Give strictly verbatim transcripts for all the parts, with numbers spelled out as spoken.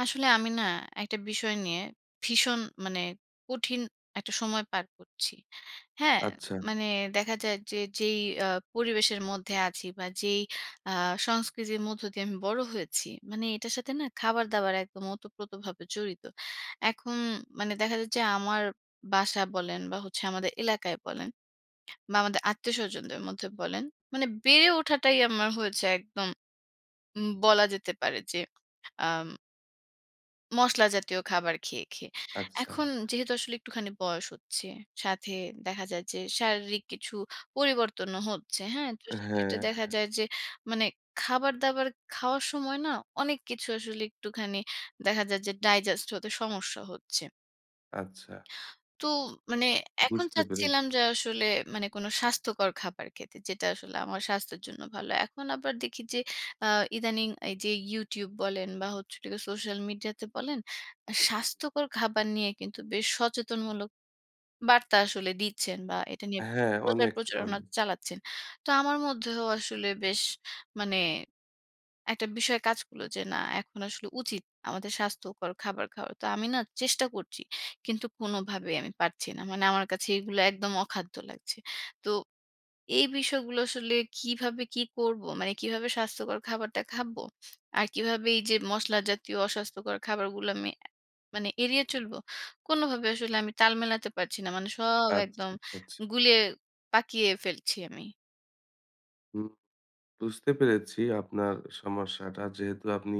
আসলে আমি না একটা বিষয় নিয়ে ভীষণ মানে কঠিন একটা সময় পার করছি। হ্যাঁ, আচ্ছা, মানে দেখা যায় যে যেই আ পরিবেশের মধ্যে আছি বা যেই আ সংস্কৃতির মধ্য দিয়ে আমি বড় হয়েছি, মানে এটার সাথে না খাবার-দাবার একদম ওতপ্রোতভাবে জড়িত। এখন মানে দেখা যায় যে আমার বাসা বলেন বা হচ্ছে আমাদের এলাকায় বলেন বা আমাদের আত্মীয়স্বজনদের মধ্যে বলেন, মানে বেড়ে ওঠাটাই আমার হয়েছে একদম উম বলা যেতে পারে যে আম মসলা জাতীয় খাবার খেয়ে, খেয়ে। আচ্ছা। এখন যেহেতু আসলে একটুখানি বয়স হচ্ছে, সাথে দেখা যায় যে শারীরিক কিছু পরিবর্তনও হচ্ছে, হ্যাঁ? তো সেক্ষেত্রে হ্যাঁ, দেখা যায় যে মানে খাবার-দাবার খাওয়ার সময় না অনেক কিছু আসলে একটুখানি দেখা যায় যে ডাইজেস্ট হতে সমস্যা হচ্ছে। আচ্ছা। তো মানে এখন বুঝতে চাচ্ছিলাম পেরেছি। যে আসলে মানে কোনো স্বাস্থ্যকর খাবার খেতে যেটা আসলে আমার স্বাস্থ্যের জন্য ভালো। এখন আবার দেখি যে আ ইদানিং এই যে YouTube বলেন বা হচ্ছে হলো সোশ্যাল মিডিয়াতে বলেন, স্বাস্থ্যকর খাবার নিয়ে কিন্তু বেশ সচেতনমূলক বার্তা আসলে দিচ্ছেন বা এটা নিয়ে হ্যাঁ, প্রচার অনেক, প্রচারণা অনেক। চালাচ্ছেন। তো আমার মধ্যেও আসলে বেশ মানে একটা বিষয় কাজ করলো যে না এখন আসলে উচিত আমাদের স্বাস্থ্যকর খাবার খাওয়া। তো আমি না চেষ্টা করছি। কিন্তু কোনোভাবেই আমি পারছি না। মানে আমার কাছে এগুলো একদম অখাদ্য লাগছে। তো এই বিষয়গুলো আসলে কিভাবে কি করব? মানে কিভাবে স্বাস্থ্যকর খাবারটা খাবো? আর কিভাবে এই যে মসলা জাতীয় অস্বাস্থ্যকর খাবারগুলো আমি এ মানে এড়িয়ে চলবো? কোনোভাবে আসলে আমি তাল মেলাতে পারছি না। মানে সব আচ্ছা, একদম আচ্ছা। গুলিয়ে পাকিয়ে ফেলছি আমি। হুম, বুঝতে পেরেছি আপনার সমস্যাটা। যেহেতু আপনি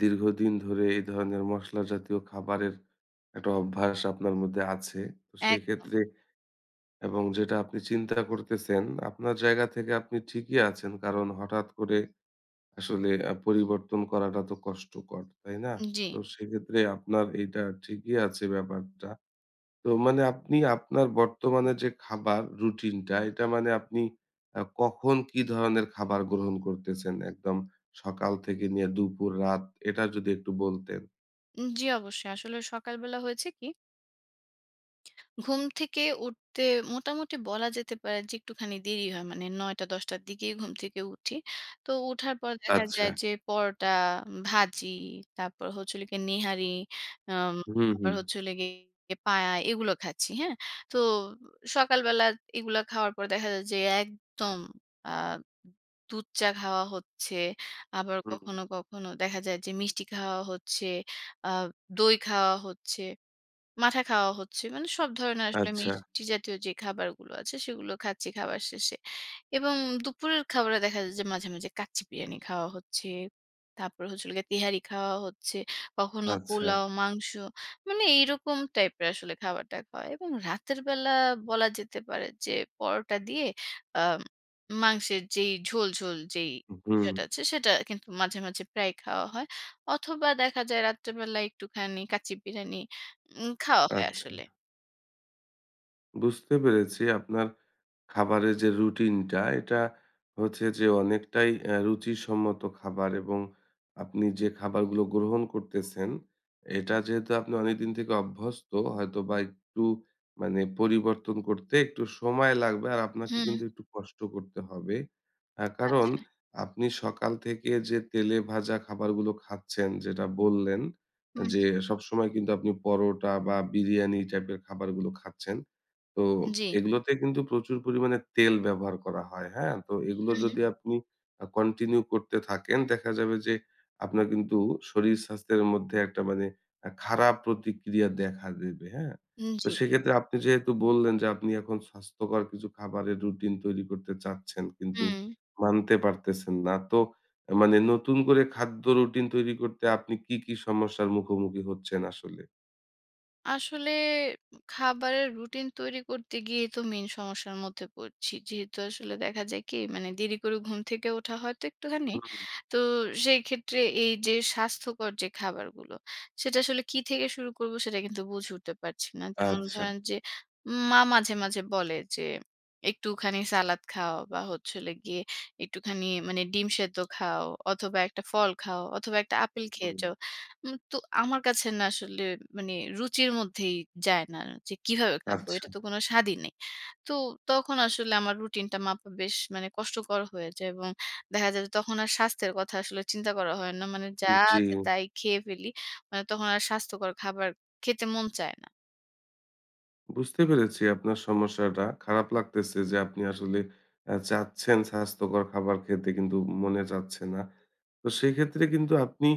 দীর্ঘদিন ধরে এই ধরনের মসলা জাতীয় খাবারের একটা অভ্যাস আপনার মধ্যে আছে। তো একদম। সেক্ষেত্রে এবং যেটা আপনি চিন্তা করতেছেন, আপনার জায়গা থেকে আপনি ঠিকই আছেন। কারণ হঠাৎ করে আসলে আ পরিবর্তন করাটা তো কষ্টকর, তাই না? জি। তো সেক্ষেত্রে আপনার এইটা ঠিকই আছে ব্যাপারটা। তো মানে আপনি আপনার বর্তমানে যে খাবার রুটিনটা, এটা মানে আপনি আ কখন কি ধরনের খাবার গ্রহণ করতেছেন? একদম সকাল থেকে নিয়ে দুপুর, রাত এটা যদি একটু বলতেন। জি অবশ্যই। আসলে সকালবেলা হয়েছে কি ঘুম থেকে উঠতে মোটামুটি বলা যেতে পারে যে একটুখানি দেরি হয়। মানে নয়টা থেকে দশটার র দিকেই ঘুম থেকে উঠি। তো উঠার পর দেখা আচ্ছা। যায় যে পরোটা, ভাজি, তারপর হচ্ছে হলো গিয়ে নেহারি, আম হুম, আবার হুম, হচ্ছে হলো গিয়ে পায়া এগুলো খাচ্ছি, হ্যাঁ? তো সকালবেলা এগুলা খাওয়ার পর দেখা যায় যে একদম আ দুধ চা খাওয়া হচ্ছে। আবার হুম। কখনো, কখনো দেখা যায় যে মিষ্টি খাওয়া হচ্ছে, আ দই খাওয়া হচ্ছে। মাঠা খাওয়া হচ্ছে। মানে সব ধরনের আসলে আচ্ছা, মিষ্টি জাতীয় যে খাবারগুলো আছে সেগুলো খাচ্ছি খাবার শেষে। এবং দুপুরের খাবারে দেখা যায় যে মাঝে, মাঝে কাচ্চি বিরিয়ানি খাওয়া হচ্ছে। তারপরে হচ্ছে হলো গিয়ে তেহারি খাওয়া হচ্ছে। কখনো আচ্ছা। পোলাও, মাংস মানে এইরকম টাইপের আসলে খাবারটা খাওয়া। এবং রাতের বেলা বলা যেতে পারে যে পরোটা দিয়ে আ মাংসের যেই ঝোল, ঝোল যেই হুম, বিষয়টা আছে সেটা কিন্তু মাঝে, মাঝে প্রায় খাওয়া হয়। অথবা দেখা যায় রাত্রেবেলা একটুখানি কাচ্চি বিরিয়ানি উম খাওয়া হয় আচ্ছা। আসলে। বুঝতে পেরেছি আপনার খাবারের যে রুটিনটা এটা হচ্ছে যে অনেকটাই অ্যা রুচিসম্মত খাবার এবং আপনি যে খাবারগুলো গ্রহণ করতেছেন, এটা যেহেতু আপনি অনেকদিন থেকে অভ্যস্ত হয়তোবা একটু মানে পরিবর্তন করতে একটু সময় লাগবে আর আপনাকে হুম, কিন্তু একটু কষ্ট করতে হবে। আ কারণ আপনি সকাল থেকে যে তেলে ভাজা খাবারগুলো খাচ্ছেন যেটা বললেন হুম, যে সবসময় কিন্তু আপনি পরোটা বা বিরিয়ানি টাইপের খাবারগুলো খাচ্ছেন। তো জি, এগুলোতে কিন্তু প্রচুর পরিমাণে তেল ব্যবহার করা হয়, হ্যাঁ? তো এগুলো হুম, যদি আপনি আ কন্টিনিউ করতে থাকেন, দেখা যাবে যে আপনার কিন্তু শরীর-স্বাস্থ্যের মধ্যে একটা মানে আ খারাপ প্রতিক্রিয়া দেখা দেবে, হ্যাঁ? হুম, তো জি, সেক্ষেত্রে আপনি যেহেতু বললেন যে আপনি এখন স্বাস্থ্যকর কিছু খাবারের রুটিন তৈরি করতে চাচ্ছেন, কিন্তু হুম। মানতে পারতেছেন না। তো আ মানে নতুন করে খাদ্য রুটিন তৈরি করতে আপনি কি, কি সমস্যার মুখোমুখি হচ্ছেন আসলে? আসলে খাবারের রুটিন তৈরি করতে গিয়ে তো মেইন সমস্যার মধ্যে পড়ছি। যেহেতু আসলে দেখা যায় কি মানে দেরি করে ঘুম থেকে ওঠা হয়তো একটুখানি। হুম, তো সেই ক্ষেত্রে এই যে স্বাস্থ্যকর যে খাবারগুলো সেটা আসলে কি থেকে শুরু করব সেটা কিন্তু বুঝে উঠতে পারছি না। যেমন আচ্ছা, ধরেন যে মা মাঝে, মাঝে বলে যে একটুখানি সালাদ খাও বা হচ্ছে হলো গিয়ে একটুখানি মানে ডিম সেদ্ধ খাও অথবা একটা ফল খাও অথবা একটা আপেল খেয়ে হুম, যাও। উম তো আমার কাছে না আসলে মানে রুচির মধ্যেই যায় না যে কিভাবে খাবো? আচ্ছা, এটা তো কোনো স্বাদই নেই। তো তখন আসলে আমার রুটিনটা মাপা বেশ মানে কষ্টকর হয়ে যায় এবং দেখা যায় যে তখন আর স্বাস্থ্যের কথা আসলে চিন্তা করা হয় না। মানে যা জি। আছে তাই খেয়ে ফেলি। মানে তখন আর স্বাস্থ্যকর খাবার খেতে মন চায় না। বুঝতে পেরেছি আপনার সমস্যাটা। খারাপ লাগতেছে যে আপনি আসলে অ্যা চাচ্ছেন স্বাস্থ্যকর খাবার খেতে কিন্তু মনে চাচ্ছে না। তো সেক্ষেত্রে কিন্তু আপনি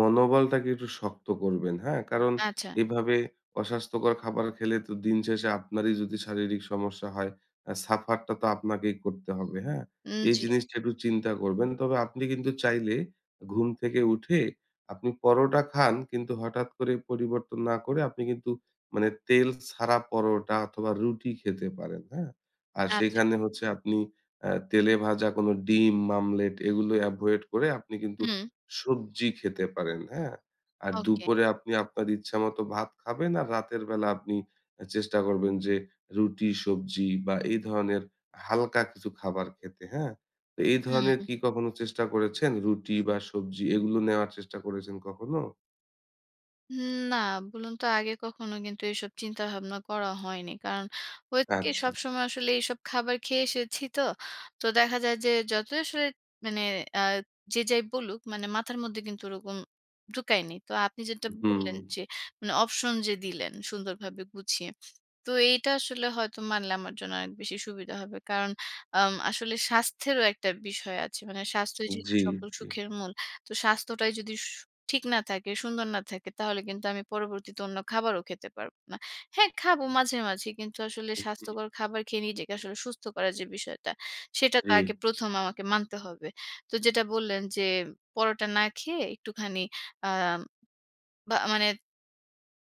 মনোবলটাকে একটু শক্ত করবেন, হ্যাঁ? কারণ আচ্ছা। এভাবে অস্বাস্থ্যকর খাবার খেলে তো দিন শেষে আপনারই যদি শারীরিক সমস্যা হয়, অ্যা সাফারটা তো আপনাকেই করতে হবে, হ্যাঁ? উম এই জি। জিনিসটা একটু চিন্তা করবেন। তবে আপনি কিন্তু চাইলে ঘুম থেকে উঠে আপনি পরোটা খান কিন্তু হঠাৎ করে পরিবর্তন না করে আপনি কিন্তু মানে তেল ছাড়া পরোটা অথবা রুটি খেতে পারেন, হ্যাঁ? আর আচ্ছা। সেখানে হচ্ছে আপনি অ্যা তেলে ভাজা কোনো ডিম, মামলেট এগুলো এভয়েড করে আপনি কিন্তু হুম। সবজি খেতে পারেন, হ্যাঁ? আর ওকে। দুপুরে আপনি আপনার ইচ্ছামতো ভাত খাবেন আর রাতের বেলা আপনি অ্যা চেষ্টা করবেন যে রুটি, সবজি বা এই ধরনের হালকা কিছু খাবার খেতে, হ্যাঁ? তো এই ধরনের হুম। কি কখনো চেষ্টা করেছেন? রুটি বা সবজি এগুলো নেওয়ার চেষ্টা করেছেন কখনো? উম না, বলুন তো আগে কখনো কিন্তু এসব চিন্তা ভাবনা করা হয়নি। কারণ হয়েছে কি আচ্ছা। সবসময় আসলে এইসব খাবার খেয়ে এসেছি তো। তো দেখা যায় যে যতই আসলে মানে আ যে যাই বলুক মানে মাথার মধ্যে কিন্তু ওরকম ঢুকায়নি। তো আপনি যেটা হুম। বললেন যে মানে অপশন যে দিলেন সুন্দরভাবে গুছিয়ে। তো এইটা আসলে হয়তো মানলে আমার জন্য অনেক বেশি সুবিধা হবে। কারণ আম আসলে স্বাস্থ্যেরও একটা বিষয় আছে। মানে স্বাস্থ্যই যেহেতু জি, সকল জি। সুখের মূল। তো স্বাস্থ্যটাই যদি সু ঠিক না থাকে, সুন্দর না থাকে তাহলে কিন্তু আমি পরবর্তীতে অন্য খাবারও খেতে পারব না। হ্যাঁ, খাবো মাঝে, মাঝে কিন্তু আসলে স্বাস্থ্যকর খাবার খেয়ে নিজেকে আসলে সুস্থ করার যে বিষয়টা, সেটা তো জি, আগে প্রথম আমাকে মানতে হবে। তো যেটা বললেন যে পরোটা না খেয়ে একটুখানি আ বা মানে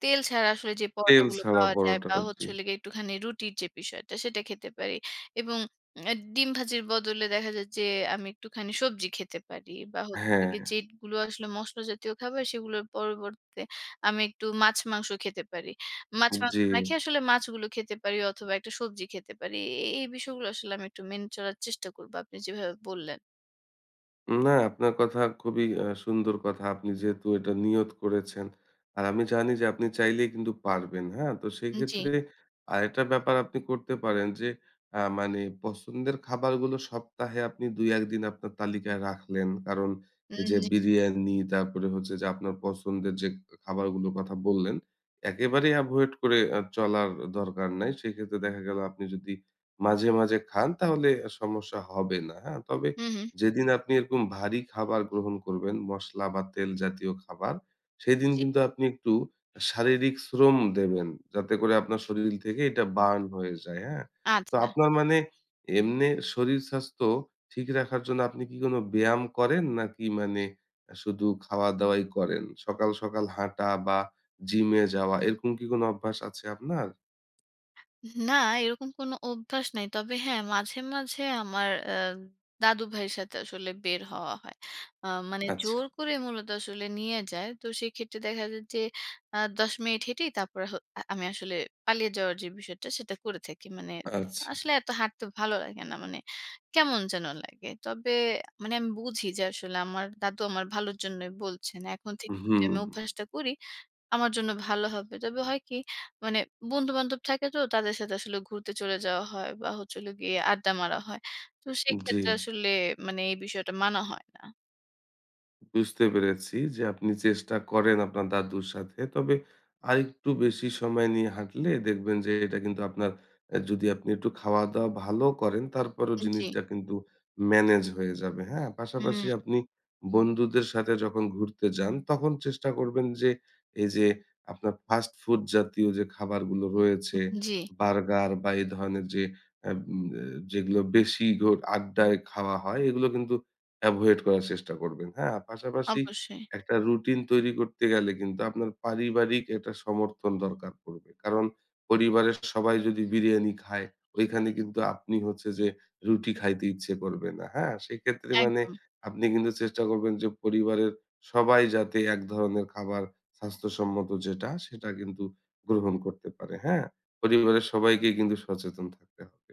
তেল ছাড়া আসলে যে তেল পরোটাগুলো ছাড়া পাওয়া যায় পরোটা। বা জি। হচ্ছে হলো গিয়ে একটুখানি রুটির যে বিষয়টা সেটা খেতে পারি। এবং অ্যা ডিম ভাজির বদলে দেখা যায় যে আমি একটুখানি সবজি খেতে পারি বা হচ্ছে হলো হ্যাঁ, গিয়ে যেগুলো আসলে মসলা জাতীয় খাবার সেগুলোর পরিবর্তে আমি একটু মাছ, মাংস খেতে পারি। মাছ, মাংস জি। না খেয়ে আসলে মাছগুলো খেতে পারি অথবা একটা সবজি খেতে পারি। এ এই বিষয়গুলো আসলে আমি একটু মেনে চলার চেষ্টা করব আপনি যেভাবে বললেন। না, আপনার কথা খুবই আ সুন্দর কথা। আপনি যেহেতু এটা নিয়ত করেছেন। আর আমি জানি যে আপনি চাইলেই কিন্তু পারবেন। হ্যাঁ? তো জি, সেক্ষেত্রে আরেকটা ব্যাপার আপনি করতে পারেন যে আ মানে পছন্দের খাবারগুলো সপ্তাহে আপনি দুই এক দিন আপনার তালিকায় রাখলেন। কারণ এই উম যে জি। বিরিয়ানি তারপরে হচ্ছে যে আপনার পছন্দের যে খাবারগুলোর কথা বললেন, একেবারেই এভয়েড করে আ চলার দরকার নাই। সেক্ষেত্রে দেখা গেল আপনি যদি মাঝে, মাঝে খান তাহলে সমস্যা হবে না। হ্যাঁ? তবে হু, হু। যেদিন আপনি এরকম ভারী খাবার গ্রহণ করবেন, মসলা বা তেল জাতীয় খাবার, সেদিন জি, কিন্তু আপনি একটু শারীরিক শ্রম দেবেন। যাতে করে আপনার শরীর থেকে এটা বার্ন হয়ে যায়, হ্যাঁ? তো আচ্ছা। আপনার মানে এমনে শরীর স্বাস্থ্য ঠিক রাখার জন্য আপনি কি কোনো ব্যায়াম করেন? নাকি মানে আ শুধু খাওয়া-দাওয়াই করেন? সকাল, সকাল হাঁটা বা জিমে যাওয়া এরকম কি কোনো অভ্যাস আছে আপনার? না, এরকম কোনো অভ্যাস নাই। তবে হ্যাঁ, মাঝে, মাঝে আমার আ দাদু ভাইয়ের সাথে আসলে বের হওয়া হয়। আ মানে আচ্ছা, জোর করে মূলত আসলে নিয়ে যায়। তো সেক্ষেত্রে দেখা যায় যে আ দশ মিনিট হেঁটেই তারপরে হ আ আমি আসলে পালিয়ে যাওয়ার যে বিষয়টা সেটা করে থাকি। মানে আচ্ছা। আসলে এত হাঁটতে ভালো লাগে না। মানে কেমন যেন লাগে। তবে মানে আমি বুঝি যে আসলে আমার দাদু আমার ভালোর জন্যই বলছেন। এখন থেকে যদি হুম, আমি অভ্যাসটা করি আমার জন্য ভালো হবে। তবে হয় কি মানে বন্ধু-বান্ধব থাকে তো তাদের সাথে আসলে ঘুরতে চলে যাওয়া হয় বা হচ্ছে হলো গিয়ে আড্ডা মারা হয়। তো জি। সেক্ষেত্রে আসলে মানে এই বিষয়টা মানা হয় না। বুঝতে পেরেছি যে আপনি চেষ্টা করেন আপনার দাদুর সাথে। তবে আরেকটু বেশি সময় নিয়ে হাঁটলে দেখবেন যে এটা কিন্তু আপনার অ্যা যদি আপনি একটু খাওয়া-দাওয়া ভালো করেন তারপরেও জি। জিনিসটা কিন্তু ম্যানেজ হয়ে যাবে, হ্যাঁ? হুম, পাশাপাশি আপনি বন্ধুদের সাথে যখন ঘুরতে যান তখন চেষ্টা করবেন যে এই যে আপনার ফাস্ট ফুড জাতীয় যে খাবারগুলো রয়েছে, জি, বার্গার বা এই ধরনের যে অ্যা উম অ্যা যেগুলো বেশি ঘোর আড্ডায় খাওয়া হয় এগুলো কিন্তু এভয়েড করার চেষ্টা করবেন, হ্যাঁ? পাশাপাশি অবশ্যই। একটা রুটিন তৈরি করতে গেলে কিন্তু আপনার পারিবারিক একটা সমর্থন দরকার পড়বে। কারণ পরিবারের সবাই যদি বিরিয়ানি খায়, ওইখানে কিন্তু আপনি হচ্ছে যে রুটি খাইতে ইচ্ছে করবে না, হ্যাঁ? সেক্ষেত্রে মানে একদম। আপনি কিন্তু চেষ্টা করবেন যে পরিবারের সবাই যাতে এক ধরনের খাবার স্বাস্থ্যসম্মত যেটা, সেটা কিন্তু গ্রহণ করতে পারে, হ্যাঁ? পরিবারের সবাইকে কিন্তু সচেতন থাকতে হবে।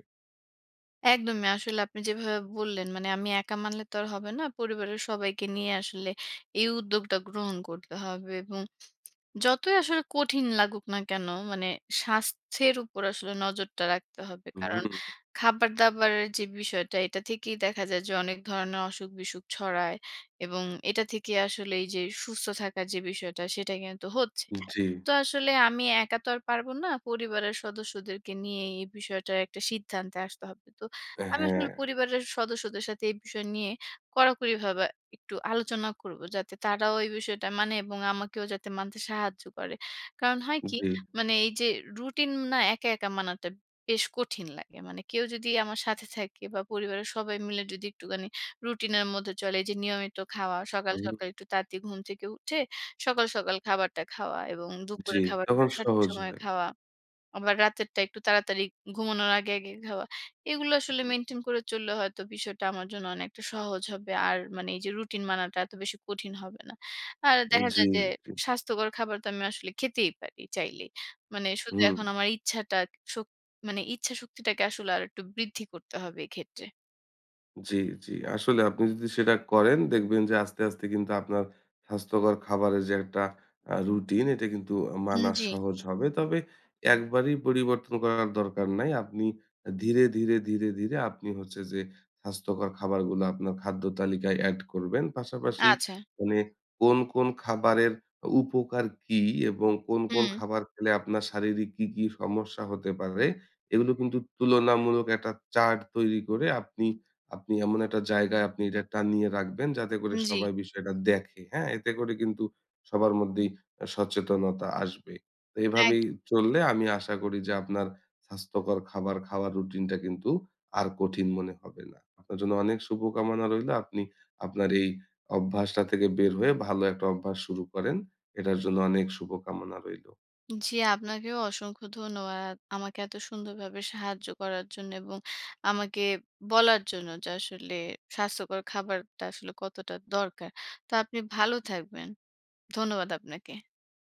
একদমই আসলে আপনি যেভাবে বললেন মানে আমি একা মানলে তো আর হবে না। পরিবারের সবাইকে নিয়ে আসলে এই উদ্যোগটা গ্রহণ করতে হবে এবং যতই আসলে কঠিন লাগুক না কেন, মানে স্বাস্থ্যের উপর আসলে নজরটা রাখতে হবে। কারণ হুম, খাবার-দাবারের যে বিষয়টা, এটা থেকেই দেখা যায় যে অনেক ধরনের অসুখ-বিসুখ ছড়ায় এবং এটা থেকে আসলে এই যে সুস্থ থাকার যে বিষয়টা, সেটা কিন্তু হচ্ছে। জি, তো আসলে আমি একা তো আর পারব না। পরিবারের সদস্যদেরকে নিয়ে এই বিষয়টার একটা সিদ্ধান্তে আসতে হবে। তো আমি হ্যাঁ, আসলে পরিবারের সদস্যদের সাথে এই বিষয় নিয়ে কড়াকড়িভাবে একটু আলোচনা করব। যাতে তারাও এই বিষয়টা মানে এবং আমাকেও যাতে মানতে সাহায্য করে। কারণ হয় কি? জি। মানে এই যে রুটিন না একা, একা মানাটা বেশ কঠিন লাগে। মানে কেউ যদি আমার সাথে থাকে বা পরিবারের সবাই মিলে যদি একটুখানি রুটিনের মধ্যে চলে, এই যে নিয়মিত খাওয়া সকাল, সকাল হুম। একটু তাড়াতাড়ি ঘুম থেকে উঠে সকাল, সকাল খাবারটা খাওয়া এবং জি, দুপুরের খাবারটা তখন সঠিক সহজ সময়ে হয়। খাওয়া। আবার রাতেরটা একটু তাড়াতাড়ি ঘুমানোর আগে, আগে খাওয়া। এগুলো আসলে মেইনটেইন করে চললে হয়তো বিষয়টা আমার জন্য অনেকটা সহজ হবে। আর মানে এই যে রুটিন মানাটা এত বেশি কঠিন হবে না। আর দেখা জি, যায় যে জি। স্বাস্থ্যকর খাবার তো আমি আসলে খেতেই পারি চাইলেই। মানে শুধু হুম। এখন আমার ইচ্ছাটা শক মানে ইচ্ছা শক্তিটাকে আসলে আরেকটু বৃদ্ধি করতে হবে এক্ষেত্রে। জি, জি। আসলে আপনি যদি সেটা করেন দেখবেন যে আস্তে, আস্তে কিন্তু আপনার স্বাস্থ্যকর খাবারের যে একটা আ রুটিন এটা কিন্তু হুম, মানা জি। সহজ হবে। তবে একবারেই পরিবর্তন করার দরকার নাই। আপনি ধীরে, ধীরে, ধীরে, ধীরে আপনি হচ্ছে যে স্বাস্থ্যকর খাবারগুলো আপনার খাদ্য তালিকায় এড করবেন। পাশাপাশি আচ্ছা। মানে কোন, কোন খাবারের উপকার কি এবং কোন, কোন হুম, খাবার খেলে আপনার শারীরিক কি, কি সমস্যা হতে পারে এগুলো কিন্তু তুলনামূলক একটা চার্ট তৈরি করে আপনি আপনি এমন একটা জায়গায় আপনি এটা টানিয়ে রাখবেন যাতে করে জি। সবাই বিষয়টা দেখে, হ্যাঁ? এতে করে কিন্তু সবার মধ্যেই আ সচেতনতা আসবে। তো এভাবেই চললে আমি আশা করি যে আপনার স্বাস্থ্যকর খাবার খাওয়ার রুটিনটা কিন্তু আর কঠিন মনে হবে না। আপনার জন্য অনেক শুভকামনা রইলো। আপনি আপনার এই অভ্যাসটা থেকে বের হয়ে ভালো একটা অভ্যাস শুরু করেন। এটার জন্য অনেক শুভকামনা রইলো। জি, আপনাকেও অসংখ্য ধন্যবাদ। আমাকে এত সুন্দরভাবে সাহায্য করার জন্য এবং আমাকে বলার জন্য যে আসলে স্বাস্থ্যকর খাবারটা আসলে কতটা দরকার। তো আপনি ভালো থাকবেন। ধন্যবাদ আপনাকে।